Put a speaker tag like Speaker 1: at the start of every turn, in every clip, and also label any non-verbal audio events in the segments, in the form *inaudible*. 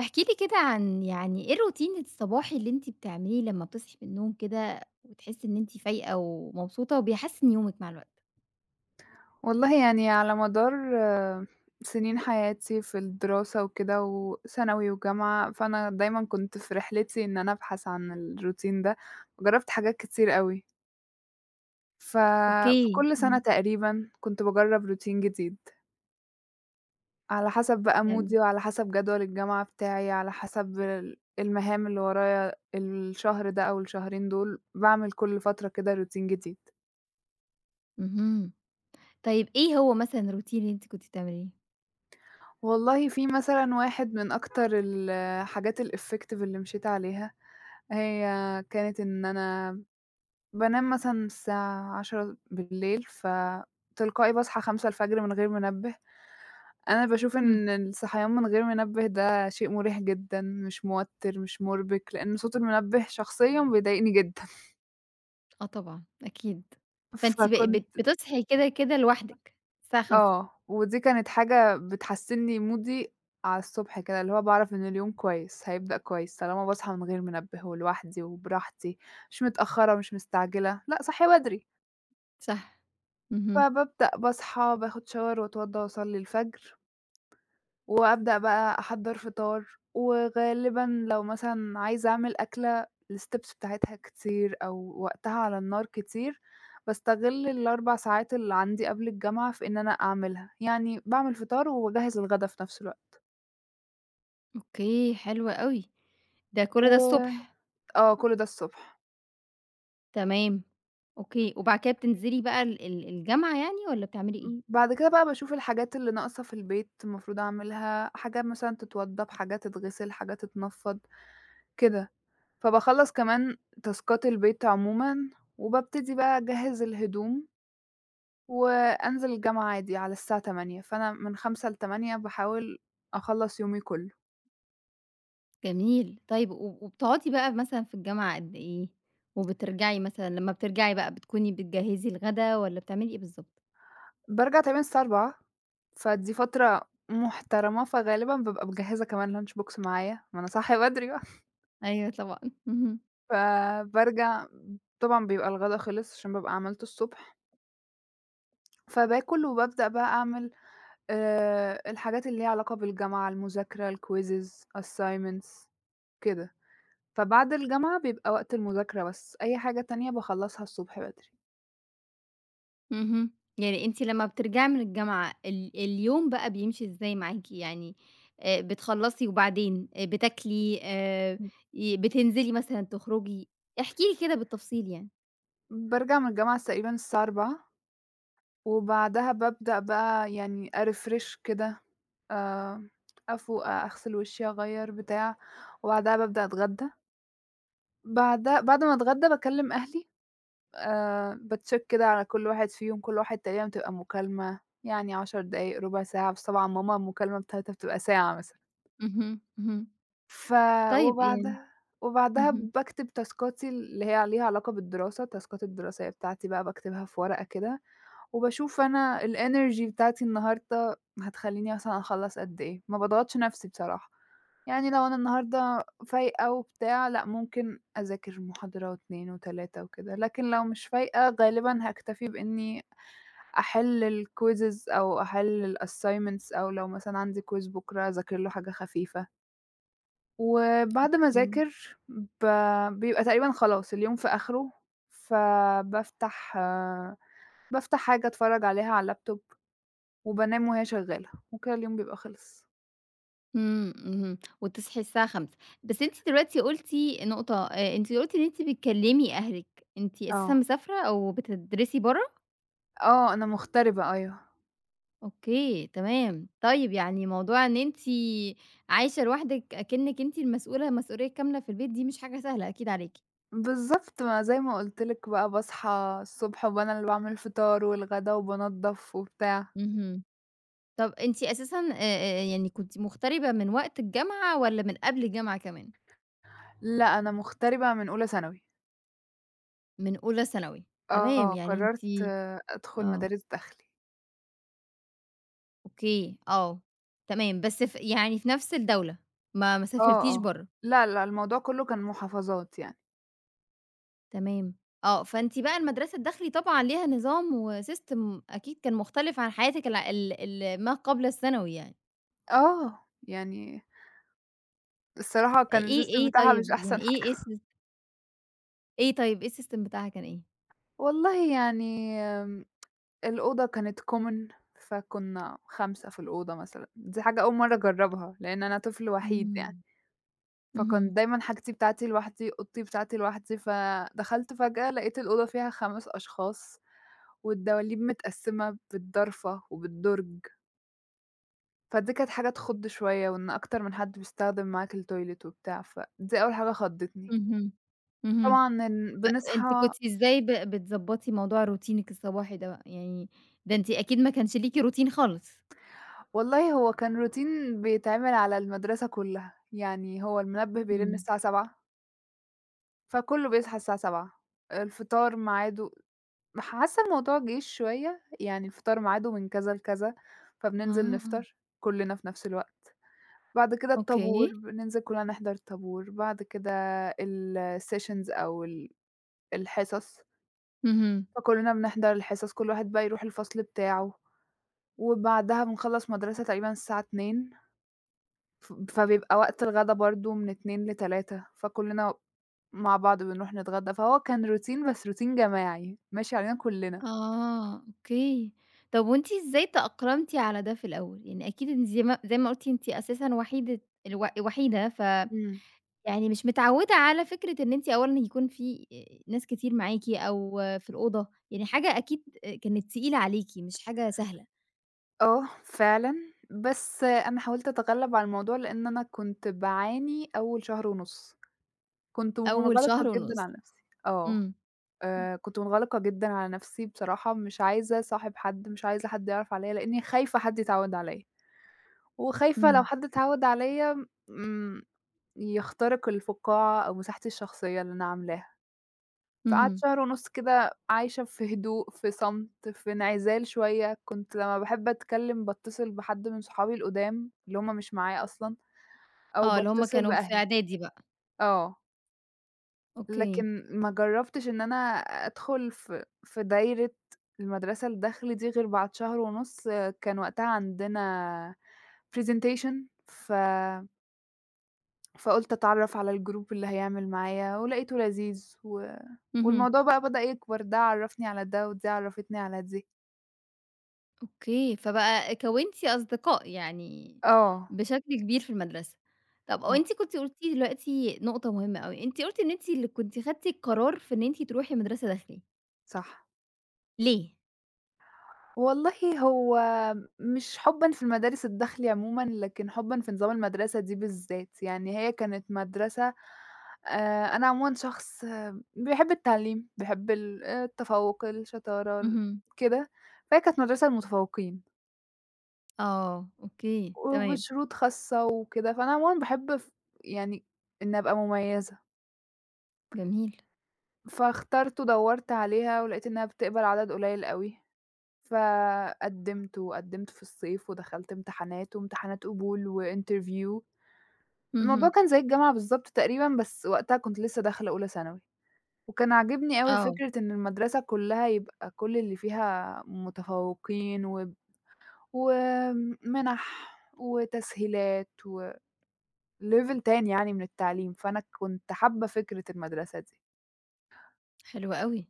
Speaker 1: احكي لي كده عن يعني إيه الروتين الصباحي اللي أنتِ بتعمليه لمّا بتصحي من النوم كده وتحسّي إن أنتِ فايقة ومبسوطة وبيحسّن يومِك مع الوقت؟
Speaker 2: والله يعني على مدار سنين حياتي في الدراسة وكده وثانوي وجامعة، فأنا دايمًا كنت في رحلتي إن أنا أبحث عن الروتين ده، جرّبت حاجات كتير أوي، ففي
Speaker 1: أوكي.
Speaker 2: كل سنة تقريبًا كنت باجرّب روتين جديد، على حسب بقى
Speaker 1: تم.
Speaker 2: مودي وعلى حسب جدول الجامعة بتاعي، على حسب المهام اللي ورايا الشهر ده أو الشهرين دول، باعمل كل فترة كده روتين جديد.
Speaker 1: اهم. طيب إيه هو مثلًا الروتين اللي أنتِ كنتِ بتعمليه؟
Speaker 2: والله في مثلًا واحد من أكتر الحاجات الeffective اللي مشيت عليها هي كانت إن أنا بانام مثلًا الساعة 22:00 فتلقائي باصحى 5:00 من غير منبه. أنا باشوف
Speaker 1: إمم،
Speaker 2: إن الصحيان من غير منبه ده شيء مريح جدًا، مش موتر، مش مُربِك، لإن صوت المنبه شخصيًا بيضايقني جدًا.
Speaker 1: آه طبعًا، أكيد.
Speaker 2: *laughs*
Speaker 1: فأنتِ ب
Speaker 2: فكنت
Speaker 1: بت
Speaker 2: فهمتِك.
Speaker 1: بتصحي كده، كده لوحدِك الساعة 5:00.
Speaker 2: آه، ودي كانت حاجة بتحسّن لي مودي على الصبح كده، اللي هو باعرف إن اليوم كويس، هيبدأ كويس طالما باصحى من غير منبه ولوحدي وبراحتي، مش متأخرة، مش مستعجلة، لأ صاحية بدري.
Speaker 1: صح. اهم.
Speaker 2: فبابدأ باصحى، باخد shower واتوضّى واصلّي الفجر، وأبدأ بقى أحضّر فطار، وغالبًا لو مثلًا عايزة أعمل أكلة الsteps بتاعتها كتير أو وقتها على النار كتير، باستغل ال4 ساعات اللي عندي قبل الجامعة في إن أنا أعملها، يعني باعمل فطار وباجهّز الغدا في نفس الوقت
Speaker 1: أوكي، حلو أوي. ده كل
Speaker 2: و
Speaker 1: ده الصبح.
Speaker 2: آه، كل ده الصبح.
Speaker 1: تمام، أوكي. وبعد كده بتنزلي بقى ال الجامعة يعني والّا بتعملي إيه؟
Speaker 2: بعد كده بقى باشوف الحاجات اللي ناقصة في البيت المفروض أعملها، حاجة مثلًا تتوضّب، حاجة تتغسل، حاجة تتنفّض، كده. فباخلّص كمان تاسكات البيت عمومًا، وبابتدي بقى أجهّز الهدوم، وأنزل الجامعة عادي على الساعة 08:00، فأنا من 05:00 ل08:00 باحاول أخلّص يومي كلّه.
Speaker 1: جميل. طيب و وبتقعدي بقى مثلًا في الجامعة قد إيه؟ وبترجعي مثلًا لمّا بترجعي بقى بتكوني بتجهّزي الغدا والّا بتعملي إيه بالضبط؟
Speaker 2: بارجع تقريبًا الساعة 16:00، فدي فترة محترمة، فغالبًا بابقى مجهّزة كمان lunch box معايا، ما أنا صاحية بدري بقى. *laughs*
Speaker 1: أيوه طبعًا. اهم.
Speaker 2: فبارجع طبعًا بيبقى الغدا خلص عشان بابقى عملته الصبح، فباكل وبابدأ بقى أعمل الحاجات اللي ليها علاقة بالجامعة، المذاكرة، الquizzes، assignments كده. فبعد الجامعة بيبقى وقت المذاكرة بس، أي حاجة تانية باخلّصها الصبح بدري.
Speaker 1: اهم. يعني أنتِ لمّا بترجعي من الجامعة اليوم بقى بيمشي إزاي معاكِ؟ يعني بتخلّصي وبعدين بتاكلي ي بتنزلي مثلًا تخرجي. احكي لي كده بالتفصيل يعني.
Speaker 2: بارجع من الجامعة تقريبًا الساعة 16:00 وبعدها بابدأ بقى يعني أrefresh كده، آآ، أفوق، أغسل وشي، أغيّر، بتاع، وبعدها بابدأ أتغدى. بعدها بعد ما أتغدى باكلّم أهلي، بacheck كده على كل واحد فيهم، كل واحد تقريبًا بتبقى مكالمة يعني 10 دقايق، ربع ساعة، بس طبعًا ماما المكالمة بتاعتها بتبقى ساعة مثلًا.
Speaker 1: اهم. اهم.
Speaker 2: ف
Speaker 1: طيب يعني
Speaker 2: وبعدها وبعدها
Speaker 1: اهم.
Speaker 2: باكتب تاسكاتي اللي هي ليها علاقة بالدراسة، التاسكات الدراسية بتاعتي بقى باكتبها في ورقة كده، وباشوف أنا الenergy بتاعتي النهارده هتخلّيني مثلًا أخلّص قد إيه، ما باضغطش نفسي بصراحة، يعني لو أنا النهارده فايقة وبتاع لأ، ممكن أذاكر محاضرة و2 و3 وكده، لكن لو مش فايقة غالبًا هاكتفي بإني أحل الquizzes أو أحل الassignments أو لو مثلًا عندي quiz بكرة أذاكر له حاجة خفيفة. وبعد ما أذاكر بيبقى تقريبًا خلاص اليوم في آخره، فبافتح بافتح حاجة أتفرّج عليها على اللابتوب وبانام وهي شغّالة، وكده اليوم بيبقى خلص.
Speaker 1: إمم، اهم، وتصحي الساعة 17:00. بس أنتِ دلوقتي قُلتِ نقطة أنتِ قُلتِ إن أنتِ بتكلمي أهلِك، أنتِ أساسًا
Speaker 2: آه،
Speaker 1: مسافرة أو بتدرسي برّه؟
Speaker 2: آه، أنا مغتربة أيوه.
Speaker 1: أوكي، تمام. طيب يعني موضوع إن أنتِ عايشة لوحدِك أكنِّك أنتِ المسؤولة مسؤولية كاملة في البيت دي مش حاجة سهلة أكيد عليكِ.
Speaker 2: بالضبط ما زي ما قُلت لِك بقى باصحى الصبح وأنا اللي باعمل الفطار والغدا وبانضّف وبتاع.
Speaker 1: اهم. طب أنتِ أساسًا يعني كنتِ مغتربة من وقت الجامعة والّا من قبل الجامعة كمان؟
Speaker 2: لأ أنا مغتربة من أولى ثانوي،
Speaker 1: من أولى ثانوي. تمام،
Speaker 2: آه،
Speaker 1: يعني أنتِ
Speaker 2: قرّرت أدخل
Speaker 1: آه.
Speaker 2: مدارس داخلي.
Speaker 1: أوكي، آه، تمام، بس يعني في نفس الدولة، ما
Speaker 2: آه،
Speaker 1: سافرتيش
Speaker 2: آه،
Speaker 1: برّه.
Speaker 2: لا، لا الموضوع كلّه كان محافظات يعني.
Speaker 1: تمام، آه، فأنتِ بقى المدرسة الداخلي طبعًا ليها نظام وsystem أكيد كان مختلف عن حياتِك الع ال ال ما قبل الثانوي يعني.
Speaker 2: آه، يعني الصراحة كان
Speaker 1: إيه
Speaker 2: الsystem
Speaker 1: إيه
Speaker 2: بتاعها مش
Speaker 1: طيب يعني
Speaker 2: أحسن
Speaker 1: إيه إيه
Speaker 2: حاجة.
Speaker 1: الsys إيه طيب إيه الsystem بتاعها كان إيه؟
Speaker 2: والله يعني، الأوضة كانت common فكنا 5 في الأوضة مثلًا، دي حاجة أول مرّة أجرّبها، لإن أنا طفل وحيد يعني،
Speaker 1: إمم،
Speaker 2: فكان
Speaker 1: اهم،
Speaker 2: دايمًا حاجتي بتاعتي لوحدي، أوضتي بتاعتي لوحدي، فدخلت فجأة لقيت الأوضة فيها 5 أشخاص والدواليب متقسّمة بالضرفة وبالدرج، فدي كانت حاجة تخُض شوية وإن أكتر من حد بيستخدم معاك الtoilet وبتاع، فدي أول حاجة خضّتني.
Speaker 1: اهم، اهم.
Speaker 2: طبعًا إن
Speaker 1: فأنتِ
Speaker 2: بنصحى
Speaker 1: كنتِ إزاي بتضبّطي موضوع روتينِك الصباحي ده بقى؟ يعني ده أنتِ أكيد ما كانش ليكِ روتين خالص.
Speaker 2: والله هو كان روتين بيتعمل على المدرسة كلّها، يعني هو المنبه بيرن
Speaker 1: إمم،
Speaker 2: الساعة 07:00 فكله بيصحى الساعة 07:00. الفطار ميعاده، حاسة الموضوع جيش شوية، يعني الفطار ميعاده من كذا لكذا، فبننزل
Speaker 1: آه،
Speaker 2: نفطر كلنا في نفس الوقت، بعد كده الطابور
Speaker 1: أوكي،
Speaker 2: بننزل كلنا نحضر الطابور، بعد كده الsessions أو الحصص،
Speaker 1: اهم.
Speaker 2: فكلنا بنحضر الحصص كل واحد بقى يروح الفصل بتاعه، وبعدها بنخلّص مدرسة تقريبًا الساعة 14:00، فبيبقى وقت الغدا برضه من 14:00 ل15:00 فكلّنا مع بعض بنروح نتغدى، فهو كان روتين بس روتين جماعي ماشي علينا كلّنا.
Speaker 1: آه، أوكي. طب وأنتِ إزاي تأقلمتِ على ده في الأول؟ يعني أكيد إن زي ما قُلتِ أنتِ أساسًا وحيدة، وحيدة،
Speaker 2: إمم.
Speaker 1: يعني مش متعوّدة على فكرة إن أنتِ أولًا يكون في ناس كتير معاكِ أو في الأوضة، يعني حاجة أكيد كانت تقيلة عليكِ، مش حاجة سهلة.
Speaker 2: آه، فعلًا، بس أنا حاولت أتغلّب على الموضوع لإن أنا كنت باعاني أول شهر ونُص، كنت
Speaker 1: أول شهر
Speaker 2: منغلقة جدًا
Speaker 1: ونُص.
Speaker 2: على نَفْسي.
Speaker 1: إمم،
Speaker 2: كنت منغلقة جدًا على نَفْسي بصراحة، مش عايزة أصاحب حد، مش عايزة حد يعرف عليّا لإنّي خايفة حد يتعوّد عليّا، وخايفة لو
Speaker 1: إمم،
Speaker 2: حد اتعوّد عليّا، يخترق الفقاعة أو مساحتي الشخصية اللي أنا عاملاها. فقعدت
Speaker 1: اهم.
Speaker 2: شهر ونُص كده عايشة في هدوء، في صمت، في انعزال شوية. كنت لمّا باحب أتكلّم باتصل بحد من صحابي القُدام اللي هم مش معايا أصلًا أو
Speaker 1: آه، اللي هم
Speaker 2: باتصل
Speaker 1: كانوا في
Speaker 2: بأهلي.
Speaker 1: إعدادي بقى.
Speaker 2: آه.
Speaker 1: أوكي.
Speaker 2: لكن ما جرّبتش إن أنا أدخل في دايرة المدرسة الداخلي دي غير بعد شهر ونُص، آه، كان وقتها عندنا presentation، ف فقُلت أتعرّف على الgroup اللي هيعمل معايا ولقيته لذيذ،
Speaker 1: اهم.
Speaker 2: والموضوع بقى بدأ يكبر، ده عرّفني على ده، ودي عرّفتني على دي.
Speaker 1: أوكي، فبقى كوّنتِ أصدقاء يعني
Speaker 2: آه،
Speaker 1: بشكل كبير في المدرسة. طَب وأنتِ
Speaker 2: آه،
Speaker 1: كنتِ قُلتِ دلوقتي نقطة مهمة أوي، أنتِ قُلتِ إن أنتِ اللي كنتِ خدتِ القرار في إن أنتِ تروحي مدرسة داخلية،
Speaker 2: صح.
Speaker 1: ليه؟
Speaker 2: والله هو مش حُبًا في المدارس الداخلي عمومًا، لكن حُبًا في نظام المدرسة دي بالذات، يعني هي كانت مدرسة، أنا عمومًا شخص بيحب التعليم، بيحب التفوُّق، الشطارة،
Speaker 1: اهم.
Speaker 2: كده، فهي كانت مدرسة للمتفوّقين
Speaker 1: آه، أوكي، تمام،
Speaker 2: وبشروط خاصة وكده، فأنا عمومًا باحب، يعني إني أبقى مميّزة.
Speaker 1: جميل.
Speaker 2: فاخترت ودوّرت عليها ولقيت إنها بتقبل عدد قليل أوي، فقدّمت وقدّمت في الصيف ودخلت امتحانات وامتحانات قبول وinterview. الموضوع
Speaker 1: اهم،
Speaker 2: كان زي الجامعة بالضبط تقريبًا، بس وقتها كنت لسه داخلة أولى ثانوي، وكان عاجبني أوي
Speaker 1: آه،
Speaker 2: فكرة إن المدرسة كلّها يبقى كل اللي فيها متفوقين، ومنح وتسهيلات وlevel تاني يعني من التعليم، فأنا كنت حابة فكرة المدرسة دي.
Speaker 1: حلو أوي.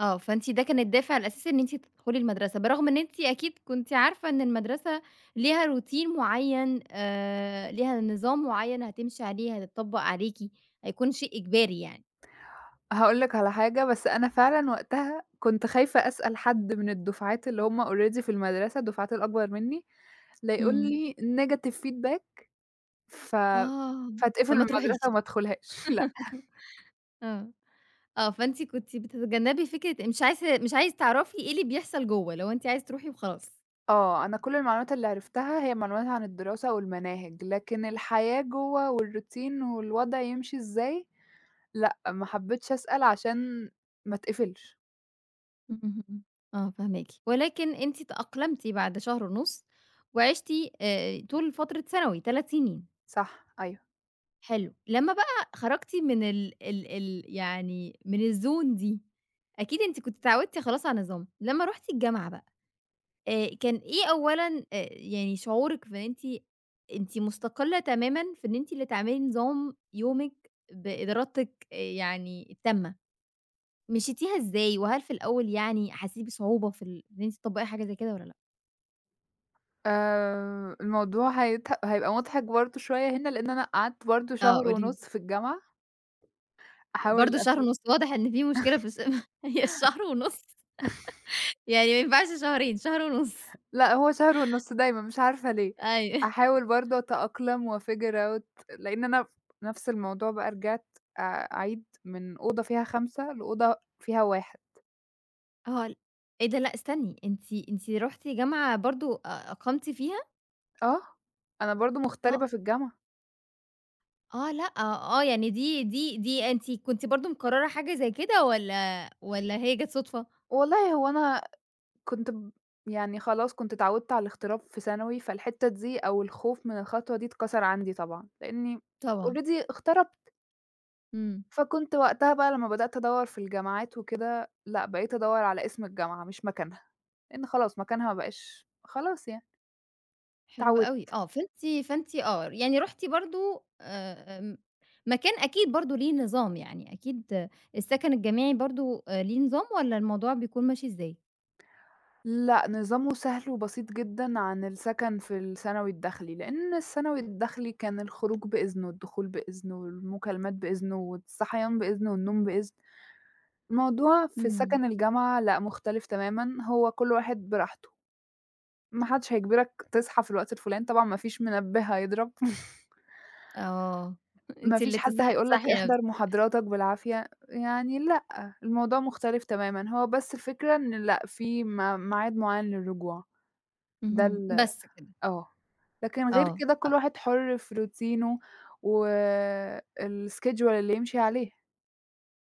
Speaker 1: آه، فأنتِ ده كان الدافع الأساسي إن أنتِ تدخلي المدرسة، برغم إن أنتِ أكيد كنتِ عارفة إن المدرسة ليها روتين معيّن، ليها نظام معيّن هتمشي عليه، هتطبّق عليكِ، هيكون شيء إجباري يعني.
Speaker 2: هاقول لك على حاجة، بس أنا فعلًا وقتها كنت خايفة أسأل حد من الدفعات اللي هم already في المدرسة، الدفعات الأكبر منّي، لا يقول
Speaker 1: إمم.
Speaker 2: لي negative feedback، ف
Speaker 1: آه،
Speaker 2: فاتقفل من
Speaker 1: فما تروحيش.
Speaker 2: المدرسة وما ادخلهاش. *laughs* لأ.
Speaker 1: آه، آه، فأنتِ كنتِ بتتجنبي فكرة مش عايزة تعرفي إيه اللي بيحصل جوّه، اللي هو أنتِ عايزة تروحي وخلاص.
Speaker 2: آه، أنا كل المعلومات اللي عرفتها هي معلومات عن الدراسة والمناهج، لكن الحياة جوّه والروتين والوضع يمشي إزاي، لأ، ما حبيتش أسأل عشان ما اتقفلش.
Speaker 1: اهم. آه، فاهماكِ، ولكن أنتِ تأقلمتِ بعد شهر ونُص، وعِشتِ طول فترة ثانوي 3 سنين.
Speaker 2: صح، أيوه.
Speaker 1: حلو، لمّا بقى خرجتِ من ال ال ال يعني من الzone دي، أكيد أنتِ كنتِ اتعودتِ خلاص على النظام، لمّا رُحتِ الجامعة بقى كان إيه أولًا يعني شعورِك في إن أنتِ مستقلة تمامًا في إن أنتِ اللي تعملي نظام يومِك بإرادتِك يعني التامة، مشيتيها إزاي؟ وهل في الأول يعني حسيتِ بصعوبة في إن أنتِ تطبّقي حاجة زي كده والّا لأ؟
Speaker 2: الموضوع هيبقى مضحك برضه شوية هنا، لإن أنا قعدت برضه
Speaker 1: آه،
Speaker 2: شهر
Speaker 1: قولي لي.
Speaker 2: ونُص في الجامعة أحاول،
Speaker 1: برضه شهر ونُص، واضح إن في مشكلة في *laughs* هي الشهر ونُص يعني ما ينفعش شهرين، شهر ونُص.
Speaker 2: لأ، هو شهر ونُص دايمًا مش عارفة ليه،
Speaker 1: أيوه.
Speaker 2: أحاول برضه أتأقلم وfigure out لإن أنا، نفس الموضوع بقى رجعت أعيد من أوضة فيها 5 لأوضة فيها 1.
Speaker 1: آه، إيه ده، لأ استني، أنتِ رُحتِ جامعة برضه أقمتِ فيها؟
Speaker 2: آه، أنا برضه
Speaker 1: آه،
Speaker 2: مغتربة في الجامعة.
Speaker 1: آه، لأ، آه، يعني دي أنتِ كنتِ برضه مقررة حاجة زي كده والّا هي جات صُدفة؟
Speaker 2: والله هو أنا كنت، يعني خلاص كنت اتعودت على الاغتراب في ثانوي، فالحتة دي أو الخوف من الخطوة دي اتكسر عندي طبعًا، لإني
Speaker 1: طبعًا.
Speaker 2: already اغتربت.
Speaker 1: إمم.
Speaker 2: فكنت وقتها بقى لمّا بدأت أدوّر في الجامعات وكده، لأ بقيت أدوّر على اسم الجامعة مش مكانها، لإن خلاص مكانها ما بقاش خلاص يعني
Speaker 1: حلو أوي،
Speaker 2: اتعودت.
Speaker 1: آه، فأنتِ آه، يعني رُحتِ برضه آمم، مكان أكيد برضه ليه نظام يعني، أكيد آه، السكن الجامعي برضه ليه نظام والّا الموضوع بيكون ماشي إزاي؟
Speaker 2: لأ نظامه سهل وبسيط جدًا عن السكن في الثانوي الداخلي، لإن الثانوي الداخلي كان الخروج بإذنه، والدخول بإذنه، والمكالمات بإذنه، والصحيان بإذنه، والنوم بإذن. الموضوع في
Speaker 1: إمم.
Speaker 2: سكن الجامعة لأ مختلف تمامًا، هو كل واحد براحته، ما حدش هيجبرك تصحى في الوقت الفلاني، طبعًا ما فيش منبه هيضرب. *laughs*
Speaker 1: آه، *laughs*
Speaker 2: ما
Speaker 1: أنتِ
Speaker 2: فيش
Speaker 1: اللي
Speaker 2: حد
Speaker 1: تصحي
Speaker 2: هيقول لك
Speaker 1: تصحّي نفسِك.
Speaker 2: احضر محاضراتك بالعافية، يعني لأ، الموضوع مختلف تمامًا، هو بس الفكرة إن لأ، في ميعاد معيّن للرجوع، ده
Speaker 1: اهم.
Speaker 2: ال
Speaker 1: بس كده،
Speaker 2: آه، لكن غير
Speaker 1: آه.
Speaker 2: كده كل واحد حُر في روتينه والschedule اللي يمشي عليه.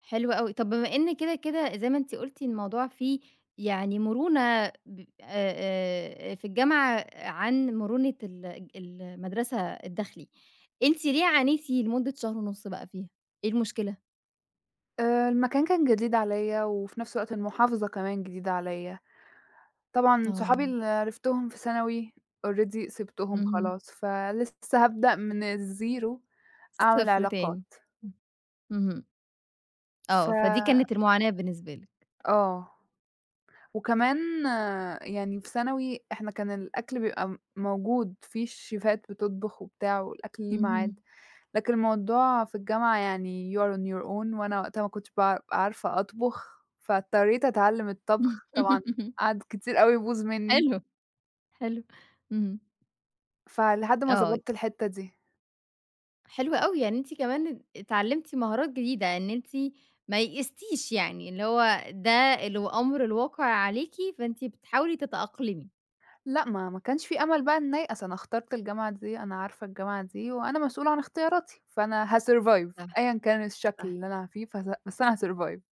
Speaker 1: حلو أوي. طب بما إن كده، زي ما أنتِ قُلتِ الموضوع فيه يعني مرونة ب في الجامعة عن مرونة ال المدرسة الداخلي، أنتِ ليه عانيتِ لمدة شهر ونُص بقى فيها؟ إيه المشكلة؟
Speaker 2: المكان كان جديد عليَّ وفي نفس الوقت المحافظة كمان جديدة عليَّ، طبعًا صحابي
Speaker 1: آه،
Speaker 2: اللي عرفتهم في ثانوي already سِبتهم
Speaker 1: اهم.
Speaker 2: خلاص، فلسه هابدأ من الزيرو أعمل
Speaker 1: 0 تاني.
Speaker 2: علاقات،
Speaker 1: اهم.
Speaker 2: ف
Speaker 1: آه، فدي كانت المعاناة بالنسبة لِك.
Speaker 2: آه. وكمان آه، يعني في ثانوي إحنا كان الأكل بيبقى موجود، في شيفات بتطبخ وبتاع والأكل ليه ميعاد،
Speaker 1: اهم.
Speaker 2: لكن الموضوع في الجامعة يعني you are on your own وأنا وقتها ما كنتش عارفة أطبخ، فاضطريت أتعلّم الطبخ، طبعًا
Speaker 1: *laughs*
Speaker 2: قعد كتير أوي يبوظ منّي،
Speaker 1: حلو. حلو. اهم.
Speaker 2: فلحد ما
Speaker 1: آه.
Speaker 2: ضبطت الحتّة دي.
Speaker 1: حلو أوي، يعني أنتِ كمان اتعلمتِ مهارات جديدة، إن أنتِ ما يئستيش يعني، اللي هو ده أمر الواقع عليكِ، فأنتِ بتحاولي تتأقلمي.
Speaker 2: لأ، ما كانش في أمل بقى إنّي أيأس، أنا اخترت الجامعة دي، أنا عارفة الجامعة دي وأنا مسؤولة عن اختياراتي، فأنا هsurvive
Speaker 1: صح،
Speaker 2: أيًا كان الشكل
Speaker 1: صح.
Speaker 2: اللي أنا فيه، بس أنا هsurvive.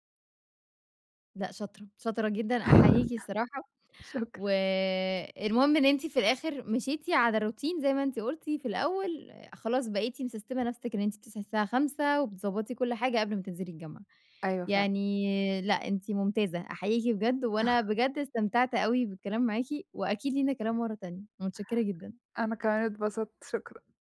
Speaker 1: لأ شاطرة، شاطرة جدًا، أحييكِ الصراحة.
Speaker 2: *laughs* شكرًا.
Speaker 1: والمهم إن أنتِ في الآخر مشيتِ على الروتين زي ما أنتِ قلتِ في الأول، آه، خلاص بقيتِ مسستمة نفسِك إن أنتِ بتصحي الساعة 5:00 وبتضبطي كل حاجة قبل ما تنزلي الجامعة.
Speaker 2: أيوه فعلًا،
Speaker 1: يعني لأ، أنتِ ممتازة، أحييكِ بجد، وأنا بجد استمتعت أوي بالكلام معاكِ، وأكيد لينا كلام مرة تانية. متشكرة جدًا.
Speaker 2: أنا كمان اتبسطت، شكرًا.